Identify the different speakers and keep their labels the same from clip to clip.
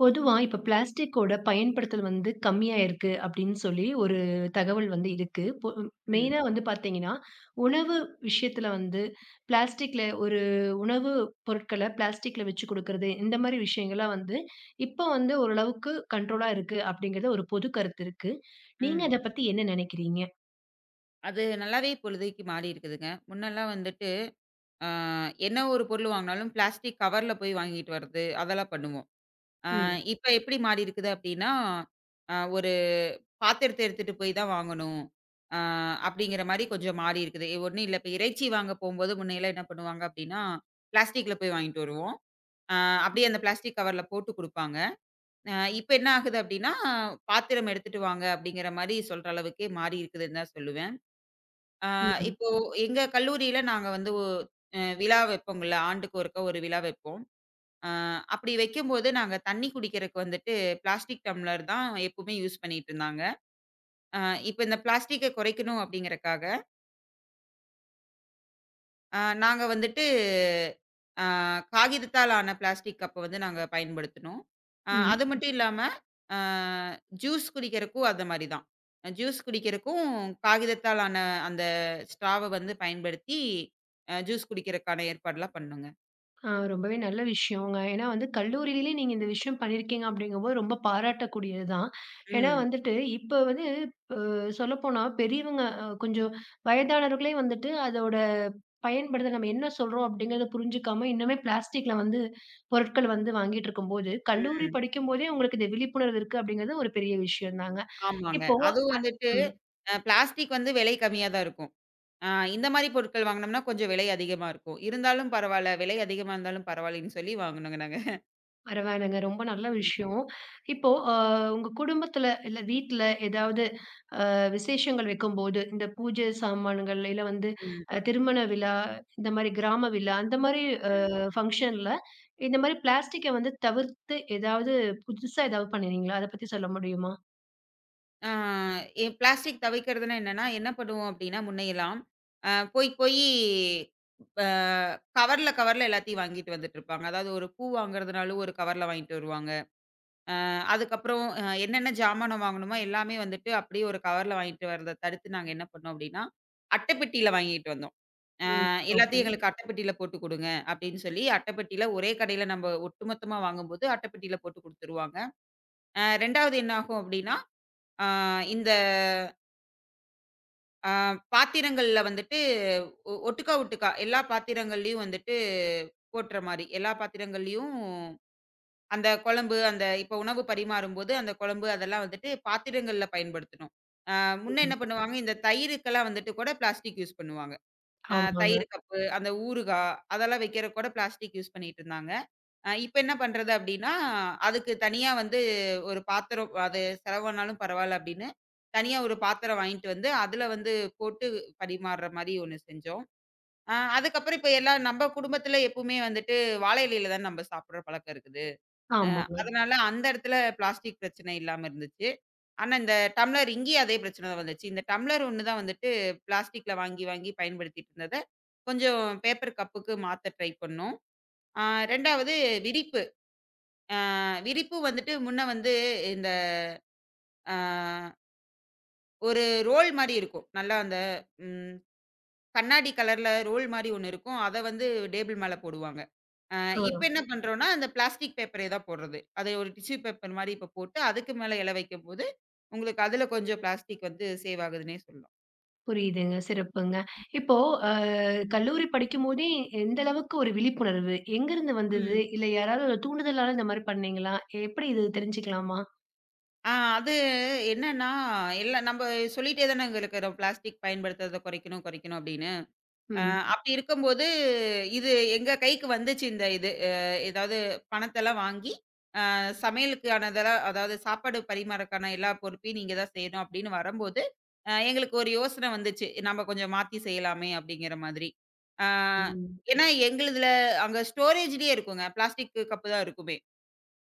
Speaker 1: பொதுவா இப்ப பிளாஸ்டிக்கோட பயன்படுத்தல் வந்து கம்மியா இருக்கு அப்படின்னு சொல்லி ஒரு தகவல் வந்து இருக்கு.
Speaker 2: ம்.
Speaker 1: மெயினா வந்து பார்த்தீங்கன்னா, உணவு விஷயத்துல வந்து பிளாஸ்டிக்ல ஒரு உணவு பொருட்கள பிளாஸ்டிக்ல வச்சு குடுக்குறது, இந்த மாரி விஷயங்கள்லாம் வந்து இப்ப வந்து ஓரளவுக்கு கண்ட்ரோலா இருக்கு அப்படிங்கிறது ஒரு பொது கருத்து இருக்கு. நீங்க
Speaker 2: ம்.
Speaker 1: அத பத்தி என்ன நினைக்கிறீங்க?
Speaker 2: அது நல்லாவே இப்பொழுதைக்கு மாறி இருக்குதுங்க. முன்னலாம் வந்துட்டு, ஆ என்ன ஒரு பொருள் வாங்குனாலும் பிளாஸ்டிக் கவர்ல போய் வாங்கிட்டு வர்றது, அதெல்லாம் பண்ணுவோம். ஆ
Speaker 1: ம்,
Speaker 2: இப்ப எப்படி மாறி இருக்குது அப்படின்னா, ஒரு பாத்திரத்த எடுத்துட்டு போய் தான் வாங்கணும். ஆ அப்படிங்கிற மாரி கொஞ்சம் மாறி இருக்குது. ஒண்ணும் இல்ல, இப்ப இறைச்சி வாங்க போம்போது முன்னையெல்லாம் என்ன பண்ணுவாங்க அப்படின்னா, பிளாஸ்டிக்ல போய் வாங்கிட்டு வருவோம். ஆ அப்படியே அந்த பிளாஸ்டிக் கவர்ல போட்டு குடுப்பாங்க. அ இப்ப என்ன ஆகுது அப்படின்னா, பாத்திரம் எடுத்துட்டு வாங்க அப்படிங்கிற மாரி சொல்ற அளவுக்கே மாறி இருக்குதுன்னு தான் சொல்லுவேன். ஆ
Speaker 1: ம்,
Speaker 2: இப்போ எங்க கல்லூரியில நாங்க வந்து ஒ அ விழா வைப்போங்கல்ல. ஆண்டுக்கு ஒருக்கா ஒரு விழா வைப்போம். அ அப்படி வைக்கும்போது நாங்க தண்ணி குடிக்கிறக்கு வந்துட்டு பிளாஸ்டிக் டம்ளர் தான் எப்பவுமே யூஸ் பண்ணிட்டு இருந்தாங்க. அ இப்ப இந்த பிளாஸ்டிக்க குறைக்கணும் அப்படிங்கிறக்காக நாங்க வந்துட்டு ஆ காகிதத்தால் ஆன பிளாஸ்டிக் கப்ப வந்து நாங்க பயன்படுத்தினோம்.
Speaker 1: ம்.
Speaker 2: அது மட்டும் இல்லாம, அ ஜூஸ் குடிக்கிறக்கும் அந்த மாரி தான். ஜூஸ் குடிக்கிறக்கும் காகிதத்தால் ஆன அந்த ஸ்ட்ராவ வந்து பயன்படுத்தி ஜூஸ் குடிக்கிறக்கான ஏற்பாடுலாம் பண்ணோங்க.
Speaker 1: ரொம்பவே நல்ல விஷயங்க. ஏன்னா வந்து கல்லூரியிலே நீங்க இந்த விஷயம் பண்ணியிருக்கீங்க அப்படிங்கும்போது ரொம்ப பாராட்டக்கூடியது தான். ஏன்னா
Speaker 2: ம்,
Speaker 1: வந்துட்டு இப்ப வந்து சொல்லப்போனா பெரியவங்க கொஞ்சம் வயதானவர்களே வந்துட்டு அதோட பயன்படுத்த நம்ம என்ன சொல்றோம் அப்படிங்கிறத புரிஞ்சுக்காம இன்னுமே பிளாஸ்டிக்ல வந்து பொருட்கள் வந்து வாங்கிட்டு இருக்கும்போது, கல்லூரி
Speaker 2: ம்.
Speaker 1: படிக்கும்போதே உங்களுக்கு இந்த விழிப்புணர்வு இருக்கு அப்படிங்கிறது ஒரு பெரிய விஷயம் தாங்க.
Speaker 2: ஆமாங்க.
Speaker 1: இப்போ
Speaker 2: அதுவும் வந்துட்டு
Speaker 1: ம்
Speaker 2: பிளாஸ்டிக் வந்து விலை கம்மியா தான் இருக்கும். அ இந்த மாரி பொருட்கள் வாங்குனோம்னா கொஞ்சம் விலை அதிகமா இருக்கும். இருந்தாலும் பரவால்ல, விலை அதிகமா இருந்தாலும் பரவாயில்லன்னு சொல்லி வாங்குனோங்க நாங்க.
Speaker 1: பரவாயில்லங்க. ரொம்ப நல்ல
Speaker 2: ம்,
Speaker 1: விஷயம். இப்போ உங்க குடும்பத்துல, இல்ல வீட்ல ஏதாவது விசேஷங்கள் வைக்கும்போது, இந்த பூஜை சாமான்கள், இல்ல வந்து திருமண விழா, இந்த மாரி கிராம விழா, அந்த மாரி அ
Speaker 2: ம்.
Speaker 1: ஃபங்ஷன்ல இந்த மாரி பிளாஸ்டிக்க வந்து தவிர்த்து ஏதாவது புதுசா ஏதாவது பண்ணினீங்களா? அத பத்தி சொல்ல முடியுமா?
Speaker 2: ஆ எ பிளாஸ்டிக் தவிர்க்கிறதுனா என்னன்னா, என்ன பண்ணுவோம் அப்டின்னா, முன்னையெல்லாம் அ போய் போயி ப கவர்ல கவர்ல எல்லாத்தையும் வாங்கிட்டு வந்துட்டுருப்பாங்க. அதாவது ஒரு பூ வாங்குறதுனாலும் ஒரு கவர்ல வாங்கிட்டு வருவாங்க. அதுக்கப்புறம் என்னென்ன ஜாமானம் வாங்கணுமோ எல்லாமே வந்துட்டு அப்படியே ஒரு கவர்ல வாங்கிட்டு வரத தடுத்து நாங்க என்ன பண்ணோம் அப்படின்னா, அட்டைப்பெட்டியில வாங்கிட்டு வந்தோம்.
Speaker 1: ம். ஓகே.
Speaker 2: எல்லாத்தையும் எங்களுக்கு அட்டைப்பெட்டியில போட்டு குடுங்க அப்படின்னு சொல்லி அட்டைப்பெட்டியில ஒரே கடையில நம்ம ஒட்டுமொத்தமா வாங்கும்போது அட்டைப்பெட்டியில போட்டு குடுத்துருவாங்க. 2வது என்ன ஆகும் அப்படின்னா, அ இந்த ஆ பாத்திரங்கள்ல வந்துட்டு ஒட்டுக்கா, ஒட்டுக்கா எல்லா பாத்திரங்கள்லயும் வந்துட்டு போட்ற மாரி. எல்லா பாத்திரங்கள்லயும் அந்த குழம்பு, அந்த இப்ப உணவு பரிமாறும்போது, அந்த குழம்பு அதெல்லாம் வந்துட்டு பாத்திரங்கள்ல பயன்படுத்தணும். ஆ முன்ன
Speaker 1: ம்.
Speaker 2: என்ன பண்ணுவாங்க, இந்த தயிருக்கெல்லாம் வந்துட்டு கூட பிளாஸ்டிக் யூஸ் பண்ணுவாங்க.
Speaker 1: ஆமாங்க,
Speaker 2: தயிர் கப்பு, அந்த ஊறுகா அதெல்லாம் வைக்கிறக்கு கூட பிளாஸ்டிக் யூஸ் பண்ணிட்டு இருந்தாங்க. இப்ப என்ன பண்றது அப்டின்னா, அதுக்கு தனியா வந்து ஒரு பாத்திரம் அது செலவானாலும் பரவால்ல அப்டின்னு, தனியா ஒரு பாத்திரம் வாங்கிட்டு வந்து, அதுல வந்து போட்டு பரிமாறுற மாரி ஒண்ணு செஞ்சோம். அதுக்கப்புறம் இப்ப எல்லா நம்ப குடும்பத்துல எப்பவுமே வந்துட்டு வாழை இலையில தான் நம்ப சாப்பிடுற பழக்கம் இருக்குது. அ
Speaker 1: ஆமாங்க.
Speaker 2: அதனால அந்த இடத்துல பிளாஸ்டிக் பிரச்சனை இல்லாம இருந்துச்சு. ஆனா இந்த டம்ளர் இங்கேயும் அதே பிரச்சனை தான் வந்துச்சு. இந்த டம்ளர் ஒண்ணு தான் வந்துட்டு பிளாஸ்டிக்ல வாங்கி, வாங்கி பயன்படுத்திட்டு இருந்தத, கொஞ்சம் பேப்பர் கப்புக்கு மாத்த ட்ரை பண்ணோம். ஆ 2வது விரிப்பு. ஆ விரிப்பு வந்துட்டு முன்ன வந்து இந்த ஆ ஒரு ரோல் மாரி இருக்கும். நல்லா அந்த ம் கண்ணாடி கலர்ல ரோல் மாரி ஒண்ணு இருக்கும். அத வந்து டேபிள் மேல போடுவாங்க. அ இப்ப
Speaker 1: ஆ
Speaker 2: என்ன பண்றோம்னா, அந்த பிளாஸ்டிக் பேப்பர் ஏதா போடுறது. அது ஒரு டிஷ்யூ பேப்பர் மாரி இப்ப போட்டு, அதுக்கு மேல இலை வைக்கும்போது, உங்களுக்கு அதுல கொஞ்சம் பிளாஸ்டிக் வந்து சேவ் ஆகுதுன்னே சொல்லலாம்.
Speaker 1: புரியுதுங்க. சிறப்புங்க. இப்போ அ கல்லூரி படிக்கும்போதே எந்த அளவுக்கு ஒரு விழிப்புணர்வு எங்கருந்து வந்தது?
Speaker 2: ம்.
Speaker 1: இல்ல யாராவது ஒரு தூண்டுதலால இந்த மாரி பண்ணீங்களா? எப்படி இது தெரிஞ்சுக்கலாமா?
Speaker 2: ஆ அது என்னன்னா, எல்லாம் நம்ப சொல்லிட்டே தானங்க இருக்கிறோம், பிளாஸ்டிக் பயன்படுத்துறத குறைக்கணும், குறைக்கணும் அப்படின்னு. அ
Speaker 1: ம்.
Speaker 2: அப்படி இருக்கும்போது, இது எங்க கைக்கு வந்துச்சு இது. ஏதாவது பணத்தெல்லாம் வாங்கி, சமையலுக்கானதெல்லாம் அதாவது சாப்பாடு பரிமாறக்கான எல்லா பொறுப்பையும் நீங்க தான் செய்யணும் அப்படின்னு வரும்போது, எங்களுக்கு ஒரு யோசனை வந்துச்சு. நம்ம கொஞ்சம் மாத்தி செய்யலாமே அப்படிங்கிற மாதிரி. ஆ
Speaker 1: ம்.
Speaker 2: ஏன்னா எங்களுதுல அங்க ஸ்டோரேஜ்லயே இருக்குங்க. பிளாஸ்டிக் கப்பு தான் இருக்குமே.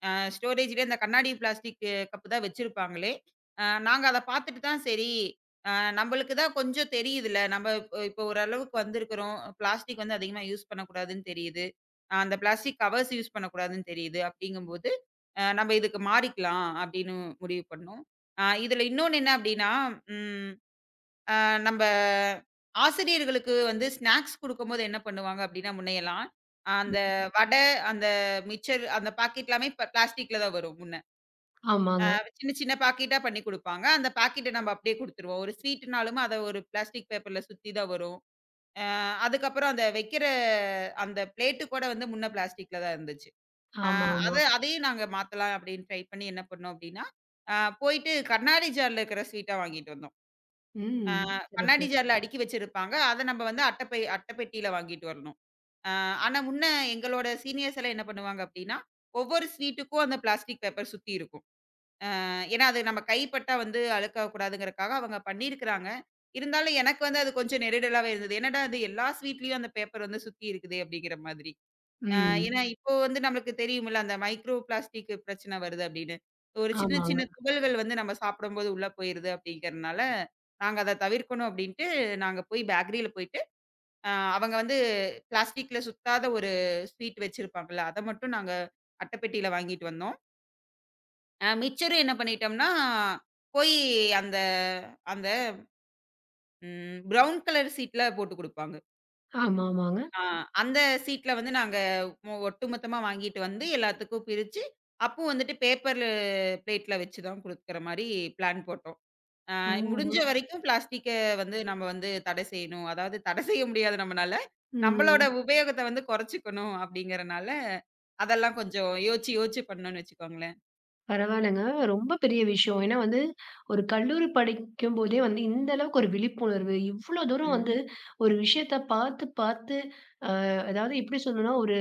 Speaker 2: அ ஸ்டோரேஜ்லயே அந்த கண்ணாடி பிளாஸ்டிக் கப்பு தான் வச்சிருப்பாங்களே! நாங்க அத பார்த்துட்டு தான் சரி, அ நம்பளுக்கு தான் கொஞ்சம் தெரியுதுல்ல. நம்ம இப்ப இப்ப ஓரளவுக்கு வந்திருக்கிறோம். பிளாஸ்டிக் வந்து அதிகமா யூஸ் பண்ணக்கூடாதுன்னு தெரியுது. அந்த பிளாஸ்டிக் கவர்ஸ் யூஸ் பண்ணக்கூடாதுன்னு தெரியுது. அப்படிங்கும்போது, நம்ம இதுக்கு மாறிக்கலாம் அப்படின்னு முடிவு பண்ணோம். இதுல இன்னொன்னு என்ன அப்படின்னா, ம் அ நம்ப ஆசிரியர்களுக்கு வந்து ஸ்நாக்ஸ் குடுக்கும்போது என்ன பண்ணுவாங்க அப்டின்னா, முன்னையெல்லாம் அந்த
Speaker 1: ம்.
Speaker 2: வடை, அந்த மிச்சர் அந்த பாக்கெட் எல்லாமே இப்ப பிளாஸ்டிக்ல தான் வரும் முன்ன. அ
Speaker 1: ஆமாங்க.
Speaker 2: சின்ன சின்ன பாக்கெட்டா பண்ணி குடுப்பாங்க. அந்த பாக்கெட்ட நம்ம அப்டியே குடுத்துருவோம். ஒரு ஸ்வீட்னாலும் அத ஒரு பிளாஸ்டிக் பேப்பர்ல சுத்தி தான் வரும். அ அதுக்கப்புறம் அந்த வைக்கிற அந்த பிளேட்டு கூட வந்து முன்ன பிளாஸ்டிக்ல தான் இருந்துச்சு. அ அத
Speaker 1: ஆமாமா.
Speaker 2: அதையும் நாங்க மாத்தலாம் அப்டின்னு ட்ரை பண்ணி என்ன பண்ணோம் அப்டின்னா, அ போயிட்டு கண்ணாடி ஜார்ல இருக்கிற ஸ்வீட்டா வாங்கிட்டு வந்தோம். ஆ
Speaker 1: ம். சிறப்பு.
Speaker 2: கண்ணாடி ஜார்ல அடுக்கி வச்சிருப்பாங்க. அத நம்ம வந்து அட்டப்பெட்டியில வாங்கிட்டு வரணும். ஆ ஆனா முன்ன எங்களோட சீனியர்ஸ் எல்லாம் என்ன பண்ணுவாங்க அப்டின்னா, ஒவ்வொரு ஸ்வீட்டுக்கும் அந்த பிளாஸ்டிக் பேப்பர் சுத்தி இருக்கும். ஏன்னா அது நம்ம கை பட்டா வந்து அழுக்காகக்கூடாதுங்கிறக்காக அவங்க பண்ணியிருக்கிறாங்க. இருந்தாலும் எனக்கு வந்து அது கொஞ்சம் நெருடலாவே இருந்தது. என்னடா இது எல்லா ஸ்வீட்லயும் அந்த பேப்பர் வந்து சுத்தி இருக்குதே! அப்டிங்கிற மாதிரி. அ
Speaker 1: ம்.
Speaker 2: ஏன்னா இப்போ வந்து நம்மளுக்கு தெரியும்ல, அந்த மைக்ரோ பிளாஸ்டிக் பிரச்சனை வருது அப்படின்னு. ஒரு சின்ன
Speaker 1: ஆமாங்க.
Speaker 2: சின்ன துகள்கள் வந்து நம்ம சாப்பிடும்போது உள்ள போயிருது அப்படிங்கிறனால, நாங்க அத தவிர்க்கணும் அப்படின்ட்டு, நாங்க போய் பேக்கரியில போயிட்டு, அ அவங்க வந்து பிளாஸ்டிக்ல சுத்தாத ஒரு ஸ்வீட் வச்சிருப்பாங்கல்ல, அத மட்டும் நாங்க அட்டைப்பெட்டியில வாங்கிட்டு வந்தோம். மிச்சரும் என்ன பண்ணிட்டோம்னா, போய் அந்த அந்த ம் ப்ரவுன் கலர் சீட்ல போட்டு குடுப்பாங்க.
Speaker 1: ஆமா, ஆமாங்க.
Speaker 2: ஆ அந்த சீட்ல வந்து நாங்க ஒட்டுமொத்தமா வாங்கிட்டு வந்து எல்லாத்துக்கும் பிரிச்சு, அப்போ வந்துட்டு பேப்பரு பிளேட்ல வச்சு தான் குடுக்குற மாரி பிளான் போட்டோம். அ
Speaker 1: ஓ!
Speaker 2: முடிஞ்ச வரைக்கும் பிளாஸ்டிக்க வந்து நம்ம வந்து தடை செய்யணும். அதாவது தடை செய்ய முடியாது நம்மனால. நம்மளோட
Speaker 1: ம்.
Speaker 2: உபயோகத்த வந்து குறைச்சுக்கணும் அப்படிங்கிறனால, அதெல்லாம் கொஞ்சம் யோசிச்சு யோசிச்சு பண்ணோம்னு வச்சுக்கோங்களேன்.
Speaker 1: பரவாயில்லங்க. ரொம்ப பெரிய விஷயம். ஏன்னா வந்து, ஒரு கல்லூரி படிக்கும்போதே வந்து இந்த அளவுக்கு ஒரு விழிப்புணர்வு, இவ்ளோ தூரம் வந்து
Speaker 2: ம்.
Speaker 1: ஒரு விஷயத்த பார்த்து, பார்த்து அ அதாவது எப்படி சொல்லணும்னா, ஒரு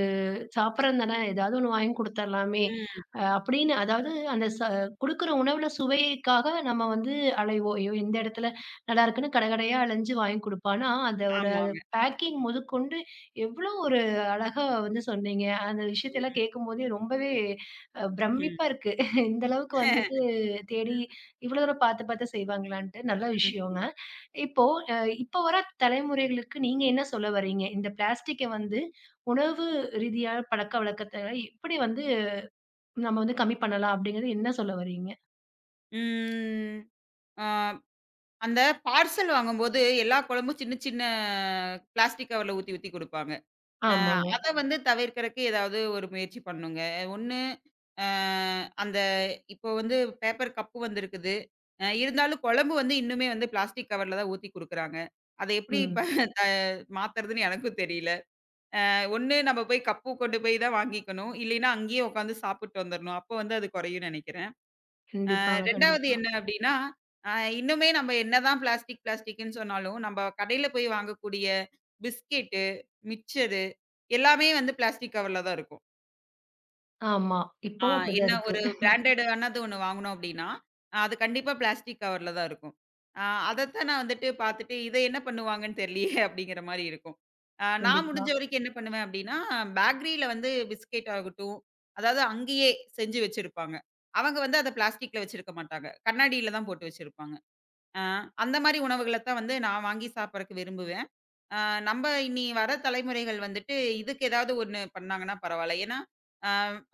Speaker 1: சாப்பிட்றோம் தானே, ஏதாவது ஒண்ணு வாங்கி குடுத்தர்லாமே!
Speaker 2: ம்.
Speaker 1: அ அப்படின்னு அதாவது அந்த குடுக்குற உணவுல சுவைக்காக நம்ம வந்து அலைவோம். ஐயோ! இந்த இடத்துல நல்லாருக்குன்னு கடை கடையா அலைஞ்சு வாங்கி குடுப்போம். ஆனா, அதோட
Speaker 2: ஆமாங்க.
Speaker 1: பேக்கிங் முதற்கொண்டு எவ்வளோ ஒரு அழகா வந்து சொன்னீங்க. அந்த
Speaker 2: ம்.
Speaker 1: விஷயத்தெல்லாம் கேட்கும்போதே ரொம்பவே
Speaker 2: ம்.
Speaker 1: பிரமிப்பா இருக்கு. இந்த அளவுக்கு வந்துட்டு தேடி இவ்வளோ தூரம் பார்த்து பார்த்து செய்வாங்களான்ட்டு. நல்ல
Speaker 2: ம்.
Speaker 1: விஷயங்க. இப்போ அ இப்போ வர தலைமுறைகளுக்கு நீங்க என்ன சொல்ல வர்றீங்க? இந்த பிளாஸ்டிக்க வந்து உணவு ரீதியா பழக்கவழக்கத்த எப்படி வந்து நம்ம வந்து கம்மி பண்ணலாம் அப்படிங்கிறது என்ன சொல்ல வர்றீங்க?
Speaker 2: ம். ஆ அந்த பார்சல் வாங்கும்போது, எல்லா குழம்பும் சின்ன சின்ன பிளாஸ்டிக் கவர்ல ஊத்தி ஊத்தி குடுப்பாங்க. அ
Speaker 1: ஆமாங்க.
Speaker 2: அத வந்து தவிர்க்கறக்கு ஏதாவது ஒரு முயற்சி பண்ணணுங்க. ஒண்ணு அ அந்த இப்போ வந்து பேப்பர் கப்பு வந்திருக்குது. இருந்தாலும் குழம்பு வந்து இன்னுமே வந்து பிளாஸ்டிக் கவர்ல தான் ஊத்தி குடுக்குறாங்க. அத எப்படி இப்ப
Speaker 1: ம்.
Speaker 2: மாத்துறதுன்னு எனக்கும் தெரியல. ஒண்ணு நம்ம போய் கப்பு கொண்டு போய் தான் வாங்கிக்கணும். இல்லைன்னா அங்கேயே உட்காந்து சாப்பிட்டு வந்துரணும். அப்போ வந்து அது குறையும்னு நெனைக்கிறேன்.
Speaker 1: கண்டிப்பாங்க,
Speaker 2: 2வது
Speaker 1: கண்டிப்பா.
Speaker 2: என்ன அப்படின்னா, அ இன்னுமே நம்ம என்னதான் பிளாஸ்டிக், பிளாஸ்டிக்ன்னு சொன்னாலும், நம்ப கடையில போய் வாங்கக்கூடிய பிஸ்கெட்டு, மிக்சரு எல்லாமே வந்து பிளாஸ்டிக் கவர்ல தான் இருக்கும்.
Speaker 1: ஆமா.
Speaker 2: ஆ
Speaker 1: இப்பவும் அப்படிதான்
Speaker 2: என்ன
Speaker 1: இருக்கு.
Speaker 2: ஒரு பிராண்டட் ஆனது ஒண்ணு வாங்குனோம் அப்டின்னா, அது கண்டிப்பா பிளாஸ்டிக் கவர்ல தான் இருக்கும். ஆ அதத்தான் நான் வந்துட்டு பாத்துட்டு, இத என்ன பண்ணுவாங்கன்னு தெரியலையே அப்டிங்கிற மாரி இருக்கும். நான்
Speaker 1: கண்டிப்பா.
Speaker 2: முடிஞ்ச வரைக்கும் என்ன பண்ணுவேன் அப்டின்னா, பேக்கரியில வந்து பிஸ்கெட் ஆகட்டும், அதாவது அங்கேயே செஞ்சு வச்சிருப்பாங்க. அவங்க வந்து அத பிளாஸ்டிக்ல வச்சிருக்க மாட்டாங்க. கண்ணாடியில தான் போட்டு வச்சிருப்பாங்க. ஆ அந்த மாரி உணவுகள தான் வந்து நான் வாங்கி சாப்பிடறக்கு விரும்புவேன். ஆ நம்ப இனி வர தலைமுறைகள் வந்துட்டு, இதுக்கு ஏதாவது ஒண்ணு பண்ணாங்கன்னா பரவால்ல. ஏன்னா, அ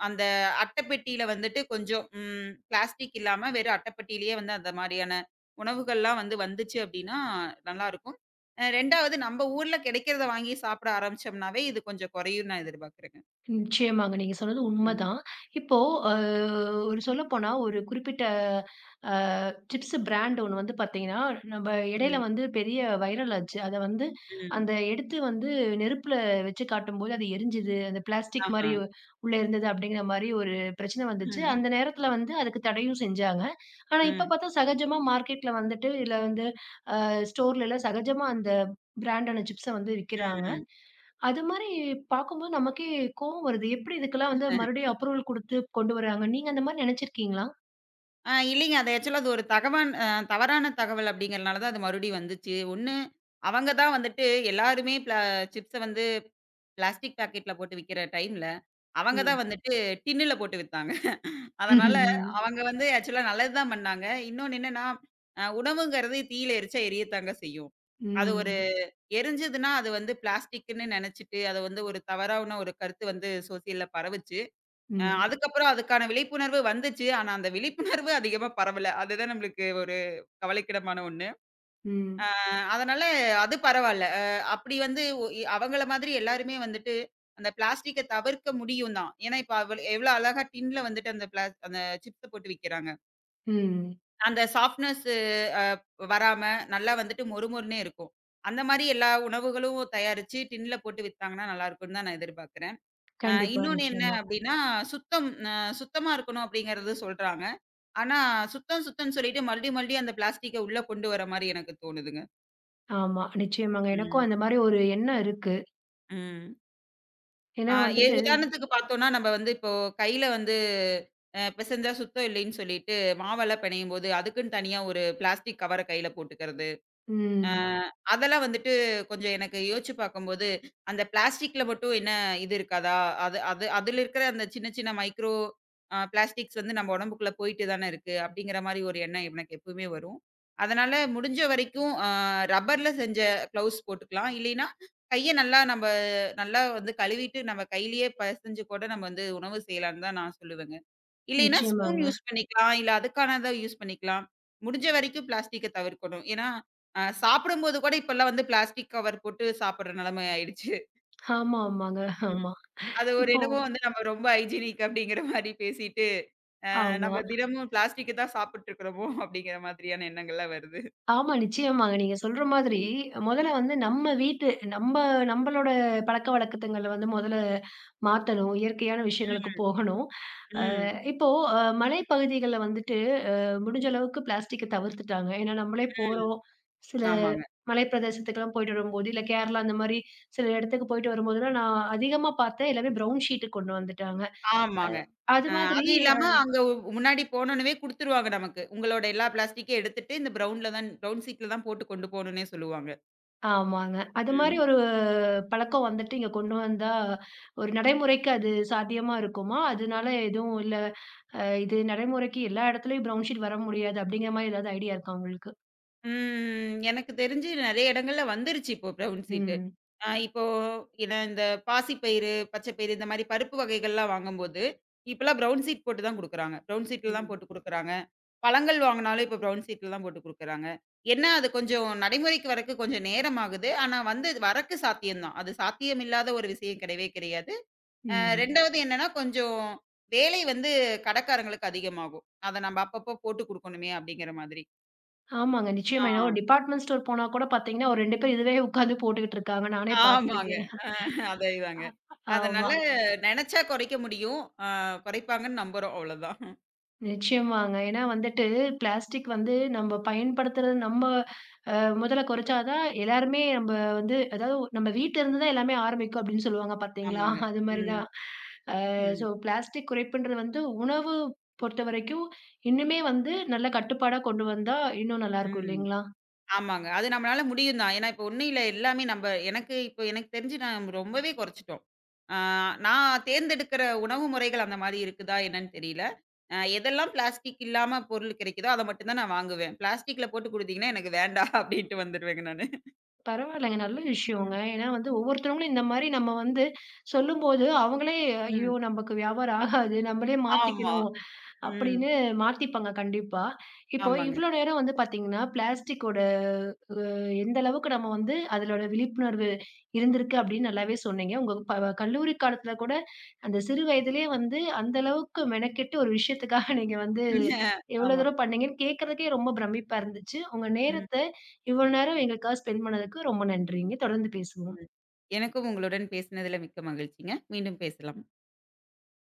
Speaker 2: அந்த அட்டை பெட்டியில வந்துட்டு கொஞ்சம் பிளாஸ்டிக் இல்லாம வெறும் அட்டை பெட்டியிலேயே வந்து அந்த மாரியான உணவுகள்லாம் வந்து வந்துச்சு அப்டின்னா, நல்லாருக்கும். 2வது நம்ப ஊர்ல கிடைக்கிறத வாங்கி சாப்பிட ஆரம்பிச்சோம்னாவே, இது கொஞ்சம் குறையும்னு நான் எதிர்பார்க்குறேங்க.
Speaker 1: நிச்சயமாங்க. நீங்க சொன்னது
Speaker 2: ம்,
Speaker 1: உண்மதான். இப்போ அ ஒரு சொல்லப்போனா ஒரு குறிப்பிட்ட அ சிப்ஸ் பிராண்ட் ஒண்ணு வந்து பார்த்தீங்கன்னா, நம்ப இடையில
Speaker 2: ம்,
Speaker 1: வந்து பெரிய வைரல் ஆச்சு. அத வந்து
Speaker 2: ம்.
Speaker 1: அந்த எடுத்து வந்து நெருப்புல வச்சு காட்டும்போது அது எரிஞ்சுது. அந்த பிளாஸ்டிக்
Speaker 2: ஆஹா.
Speaker 1: மாரி உள்ள இருந்தது அப்படிங்கிற மாரி ஒரு பிரச்சனை வந்துச்சு.
Speaker 2: ம்,
Speaker 1: அந்த நேரத்துல வந்து அதுக்கு தடையும் செஞ்சாங்க. ஆனா இப்ப
Speaker 2: ம்,
Speaker 1: பார்த்தா சகஜமா மார்க்கெட்ல வந்துட்டு, இல்ல வந்து ஸ்டோர்லலாம் சகஜமா அந்த பிராண்டான சிப்ஸ வந்து விக்கிறாங்க.
Speaker 2: ம்.
Speaker 1: அது மாரி பார்க்கும்போது நமக்கே கோவம் வருது. எப்படி இதுக்கெல்லாம் வந்து மறுபடியும் அப்ரூவல் குடுத்து கொண்டு வராங்க? நீங்க அந்த மாரி நெனச்சிருக்கீங்களா?
Speaker 2: இல்லைங்க. அது ஆக்சுவலா அது ஒரு தகவான் அ தவறான தகவல் அப்படிங்கிறனால தான் அது மறுபடியும் வந்துச்சு. ஒண்ணு அவங்க தான் வந்துட்டு எல்லாருமே சிப்ஸ வந்து பிளாஸ்டிக் பாக்கெட்ல போட்டு விக்கிற டைம்ல, அவங்க தான்
Speaker 1: ம்.
Speaker 2: வந்துட்டு டின்னுல போட்டு வித்தாங்க. அதனால
Speaker 1: ம்ஹ்ம்.
Speaker 2: அவங்க வந்து ஆக்சுவலா நல்லது தான் பண்ணாங்க. இன்னொன்னு என்னன்னா, உணவுங்கிறது தீயில எரிச்சா எரியத்தாங்க செய்யும். அது ஒரு
Speaker 1: ம்.
Speaker 2: எரிஞ்சதுன்னா, அது வந்து பிளாஸ்டிக்ன்னு நெனச்சுட்டு, அத வந்து ஒரு தவறான ஒரு கருத்து வந்து சோசியல்ல பரவுச்சு.
Speaker 1: ம்.
Speaker 2: அதுக்கப்புறம் அதுக்கான விழிப்புணர்வு வந்துச்சு. ஆனா, அந்த விழிப்புணர்வு அதிகமா பரவல. அதுதான் நம்மளுக்கு ஒரு கவலைக்கிடமான ஒண்ணு.
Speaker 1: ம்.
Speaker 2: அதனால அது பரவால்ல. அப்படி வந்து ஒ இ அவங்கள மாதிரி எல்லாருமே வந்துட்டு அந்த பிளாஸ்டிக்க தவிர்க்க முடியும் தான். ஏன்னா, இப்ப அவள் எவ்வளோ அழகா டின்ல வந்துட்டு அந்த சிப்ஸ் போட்டு விக்கிறாங்க.
Speaker 1: ம்.
Speaker 2: அந்த சாஃப்ட்னஸ் அ வராம நல்லா வந்துட்டு மொறுமொறுன்னே இருக்கும். அந்த மாரி எல்லா உணவுகளும் தயாரிச்சு டின்ல போட்டு வித்தாங்கன்னா நல்லா இருக்கும்னு தான் நான் எதிர்பார்க்கிறேன்.
Speaker 1: கண்டிப்பா,
Speaker 2: இன்னொன்னு என்ன
Speaker 1: நிச்சயமா.
Speaker 2: அப்படின்னா, சுத்தம் அ சுத்தமா இருக்கணும் அப்படிங்கிறது சொல்றாங்க. ஆனா, சுத்தம் சுத்தம்ன்னு சொல்லிட்டு மறுபடியும் மறுபடியும் அந்த பிளாஸ்டிக்க உள்ள கொண்டு வர மாரி எனக்கு தோணுதுங்க.
Speaker 1: ஆமா, நிச்சயமாங்க. எனக்கும்
Speaker 2: ம்.
Speaker 1: அந்த மாரி ஒரு எண்ணம் இருக்கு.
Speaker 2: ம்.
Speaker 1: ஏன்னா
Speaker 2: ஆ எ
Speaker 1: வந்துட்டு
Speaker 2: உதாரணத்துக்கு பார்த்தோம்னா, நம்ம வந்து இப்போ கையில வந்து பெசஞ்சா சுத்தம் இல்லைன்னு சொல்லிட்டு மாவெல்லாம் பெணையும்போது, அதுக்குன்னு தனியா ஒரு பிளாஸ்டிக் கவர கையில போட்டுக்கிறது. அ
Speaker 1: ம்.
Speaker 2: அதெல்லாம் வந்துட்டு கொஞ்சம் எனக்கு யோசிச்சு பார்க்கும்போது, அந்த பிளாஸ்டிக்ல மட்டும் என்ன இது இருக்காதா? அது அது அதில இருக்கிற அந்த சின்ன சின்ன மைக்ரோ பிளாஸ்டிக்ஸ் வந்து நம்ம உடம்புக்குள்ள போயிட்டு தானே இருக்கு. அப்படிங்கிற மாரி ஒரு எண்ணம் எனக்கு எப்பவுமே வரும். அதனால முடிஞ்ச வரைக்கும் ரப்பர்ல செஞ்ச க்ளவுஸ் போட்டுக்கலாம். இல்லைன்னா, கைய நல்லா வந்து கழுவிட்டு நம்ம கையிலேயே பெசஞ்சு கூட நம்ம வந்து உணவு செய்யலான்னு தான் நான் சொல்லுவேங்க. இல்லைன்னா, ஸ்பூன்
Speaker 1: நிச்சயமாங்க.
Speaker 2: யூஸ் பண்ணிக்கலாம். இல்ல அதுக்கானத யூஸ் பண்ணிக்கலாம். முடிஞ்ச வரைக்கும் பிளாஸ்டிக்க தவிர்க்கணும். ஏன்னா, சாப்பிடும்போது கூட இப்பல்லாம் வந்து பிளாஸ்டிக் கவர் போட்டு சாப்பிடுற நிலைமை ஆயிடுச்சு.
Speaker 1: ஆமா, ஆமாங்க.
Speaker 2: ம்.
Speaker 1: ஆமா.
Speaker 2: அது ஒரு
Speaker 1: இப்போ
Speaker 2: என்னமோ வந்து நம்ம ரொம்ப ஹைஜீனிக் அப்படிங்கிற மாரி பேசிட்டு,
Speaker 1: ஆமா.
Speaker 2: நம்ம தினமும் பிளாஸ்டிக்க தான் சாப்பிட்டுருக்கிறோமோ அப்படிங்கிற மாதிரியான எண்ணங்கள்லாம் வருது.
Speaker 1: ஆமா, நிச்சயமாங்க. நீங்க சொல்ற மாதிரி முதல்ல வந்து நம்ம வீட்டு நம்ம நம்மளோட பழக்கவழக்கத்துங்கள வந்து முதல்ல மாத்தணும். இயற்கையான
Speaker 2: ம்,
Speaker 1: விஷயங்களுக்கு போகணும். அ
Speaker 2: ம்,
Speaker 1: இப்போ மலைப்பகுதிகள்ல வந்துட்டு முடிஞ்ச அளவுக்கு பிளாஸ்டிக்க தவிர்த்துட்டாங்க. ஏன்னா, நம்மளே
Speaker 2: ம்.
Speaker 1: போறோம். சில
Speaker 2: ஆமாங்க,
Speaker 1: மலைப்பிரதேசத்துக்குலாம் போயிட்டு வரும்போது, இல்ல கேரளா அந்த மாரி சில இடத்துக்கு போயிட்டு வரும்போதெல்லாம் நான் அதிகமா பார்த்தேன் எல்லாமே ப்ரவுன் ஷீட்டு கொண்டு வந்துட்டாங்க. அ
Speaker 2: ஆமாங்க.
Speaker 1: அது
Speaker 2: அ
Speaker 1: மாதிரி
Speaker 2: அது இல்லாம அங்க முன்னாடி போனோனவே குடுத்துருவாங்க நமக்கு. உங்களோட எல்லா பிளாஸ்டிக்கையும் எடுத்துட்டு இந்த ப்ரவுன்ல தான் ப்ரவுன் சீட்ல தான் போட்டு கொண்டு போணும்னே சொல்லுவாங்க.
Speaker 1: ஆமாங்க. அது மாரி
Speaker 2: ம்.
Speaker 1: ஒரு பழக்கம் வந்துட்டு இங்க கொண்டு வந்தா, ஒரு நடைமுறைக்கு அது சாத்தியமா இருக்குமா? அதனால எதுவும் இல்ல, இது நடைமுறைக்கு எல்லா இடத்துலயும் ப்ரவுன் ஷீட் வர முடியாது அப்படிங்கிற மாரி ஏதாவது ஐடியா இருக்கா உங்களுக்கு?
Speaker 2: ம். எனக்கு தெரிஞ்சு நெறைய இடங்கள்ல வந்துருச்சு இப்போ ப்ரவுன் சீட்டு.
Speaker 1: ம்.
Speaker 2: இப்போ ஏன்னா இந்த பாசிப்பயிறு, பச்சைப்பயிறு இந்த மாரி பருப்பு வகைகள்லாம் வாங்கும்போது, இப்பலாம் ப்ரவுன் சீட் போட்டு தான் குடுக்குறாங்க. ப்ரவுன் சீட்ல தான்
Speaker 1: ம்.
Speaker 2: போட்டு குடுக்குறாங்க. பழங்கள் வாங்குனாலும் இப்ப ப்ரவுன் சீட்ல தான் போட்டு குடுக்குறாங்க. என்ன அது கொஞ்சம் நடைமுறைக்கு வரக்கு கொஞ்சம் நேரம் ஆகுது. ஆனா வந்து அது வரக்கு சாத்தியம் தான். அது சாத்தியம் இல்லாத ஒரு விஷயம் கிடையவே கிடையாது.
Speaker 1: ம்.
Speaker 2: 2வது என்னன்னா கொஞ்சம் வேலை வந்து கடைக்காரங்களுக்கு அதிகமாகும். அத நம்ம அப்பப்போ போட்டு குடுக்கணுமே! அப்டிங்கிற மாதிரி.
Speaker 1: ஆமாங்க.
Speaker 2: ஆ.
Speaker 1: நிச்சயமா. ஏன்னா ஒரு டிபார்ட்மெண்ட் ஸ்டோர் போனா கூட பார்த்தீங்கன்னா, ஒரு 2 பேர் இதுவே உட்காந்து போட்டுக்கிட்டு இருக்காங்க. நானே
Speaker 2: ஆமாங்க.
Speaker 1: பார்த்துருக்கேன்.
Speaker 2: அ அதைதாங்க.
Speaker 1: ஆமா.
Speaker 2: அதனால நெனச்சா குறைக்க முடியும். குறைப்பாங்கன்னு நம்புறோம் அவ்வளோதான்.
Speaker 1: நிச்சயமாங்க. ஏன்னா வந்துட்டு பிளாஸ்டிக் வந்து நம்ம பயன்படுத்துறது நம்ம முதல்ல குறைச்சா தான் எல்லாருமே நம்ப வந்து அதாவது நம்ம வீட்ல இருந்து தான் எல்லாமே ஆரம்பிக்கும் அப்படின்னு சொல்லுவாங்க பார்த்தீங்களா?
Speaker 2: ஆமாங்க.
Speaker 1: அது மாரி
Speaker 2: ம்.
Speaker 1: தான். ஸோ
Speaker 2: ம்.
Speaker 1: பிளாஸ்டிக் குறைப்புன்றது வந்து உணவு பொறுத்தவரைக்கும் இன்னுமே வந்து நல்ல கட்டுப்பாடா கொண்டு வந்தா இன்னும் நல்லாயிருக்கும்
Speaker 2: ம்.
Speaker 1: இல்லைங்களா?
Speaker 2: ஆமாங்க. அது நம்மளால முடியும் தான். ஏன்னா, இப்ப ஒண்ணும் இல்ல எல்லாமே நம்ப எனக்கு தெரிஞ்சு நான் ரொம்பவே குறைச்சுட்டோம். ஆ நான் தேர்ந்தெடுக்கிற உணவு முறைகள் அந்த மாரி இருக்குதா என்னன்னு தெரியல. எதெல்லாம் பிளாஸ்டிக் இல்லாம பொருள் கிடைக்குதோ, அத மட்டும் தான் நான் வாங்குவேன். பிளாஸ்டிக்ல போட்டு குடுத்தீங்கன்னா, எனக்கு வேண்டாம் அப்டின்ட்டு வந்துருவேங்க நானு.
Speaker 1: பரவாயில்லங்க. நல்ல விஷயங்க.
Speaker 2: ம்.
Speaker 1: ஏன்னா வந்து ஒவ்வொருத்தவங்களும் இந்த மாரி நம்ம வந்து சொல்லும்போது அவங்களே ஐயோ!
Speaker 2: ம்.
Speaker 1: நமக்கு வியாபாரம் ஆகாது. நம்மளே
Speaker 2: ஆமா.
Speaker 1: மாத்திக்கணும்
Speaker 2: ம்.
Speaker 1: அப்படின்னு மாத்திப்பாங்க கண்டிப்பா. இப்போ
Speaker 2: ஆமாங்க.
Speaker 1: இவ்ளோ நேரம் வந்து பார்த்தீங்கன்னா, பிளாஸ்டிக்கோட எந்த அளவுக்கு நம்ம வந்து அதிலோட விழிப்புணர்வு இருந்திருக்கு அப்படின்னு நல்லாவே சொன்னீங்க. உங்க கல்லூரி காலத்துல கூட அந்த சிறு வயதிலேயே வந்து அந்த அளவுக்கு மெனக்கெட்டு ஒரு விஷயத்துக்காக நீங்க வந்து எவ்வளோ
Speaker 2: ஆமா.
Speaker 1: தூரம் பண்ணீங்கன்னு கேட்கறதுக்கே ரொம்ப பிரமிப்பா இருந்துச்சு. உங்க
Speaker 2: ம்,
Speaker 1: நேரத்த இவ்வளோ நேரம் எங்களுக்காக ஸ்பெண்ட் பண்ணதுக்கு ரொம்ப நன்றிங்க. தொடர்ந்து பேசுவோம்.
Speaker 2: ம். எனக்கும் உங்களுடன் பேசினதுல மிக்க மகிழ்ச்சிங்க. மீண்டும் பேசலாம்.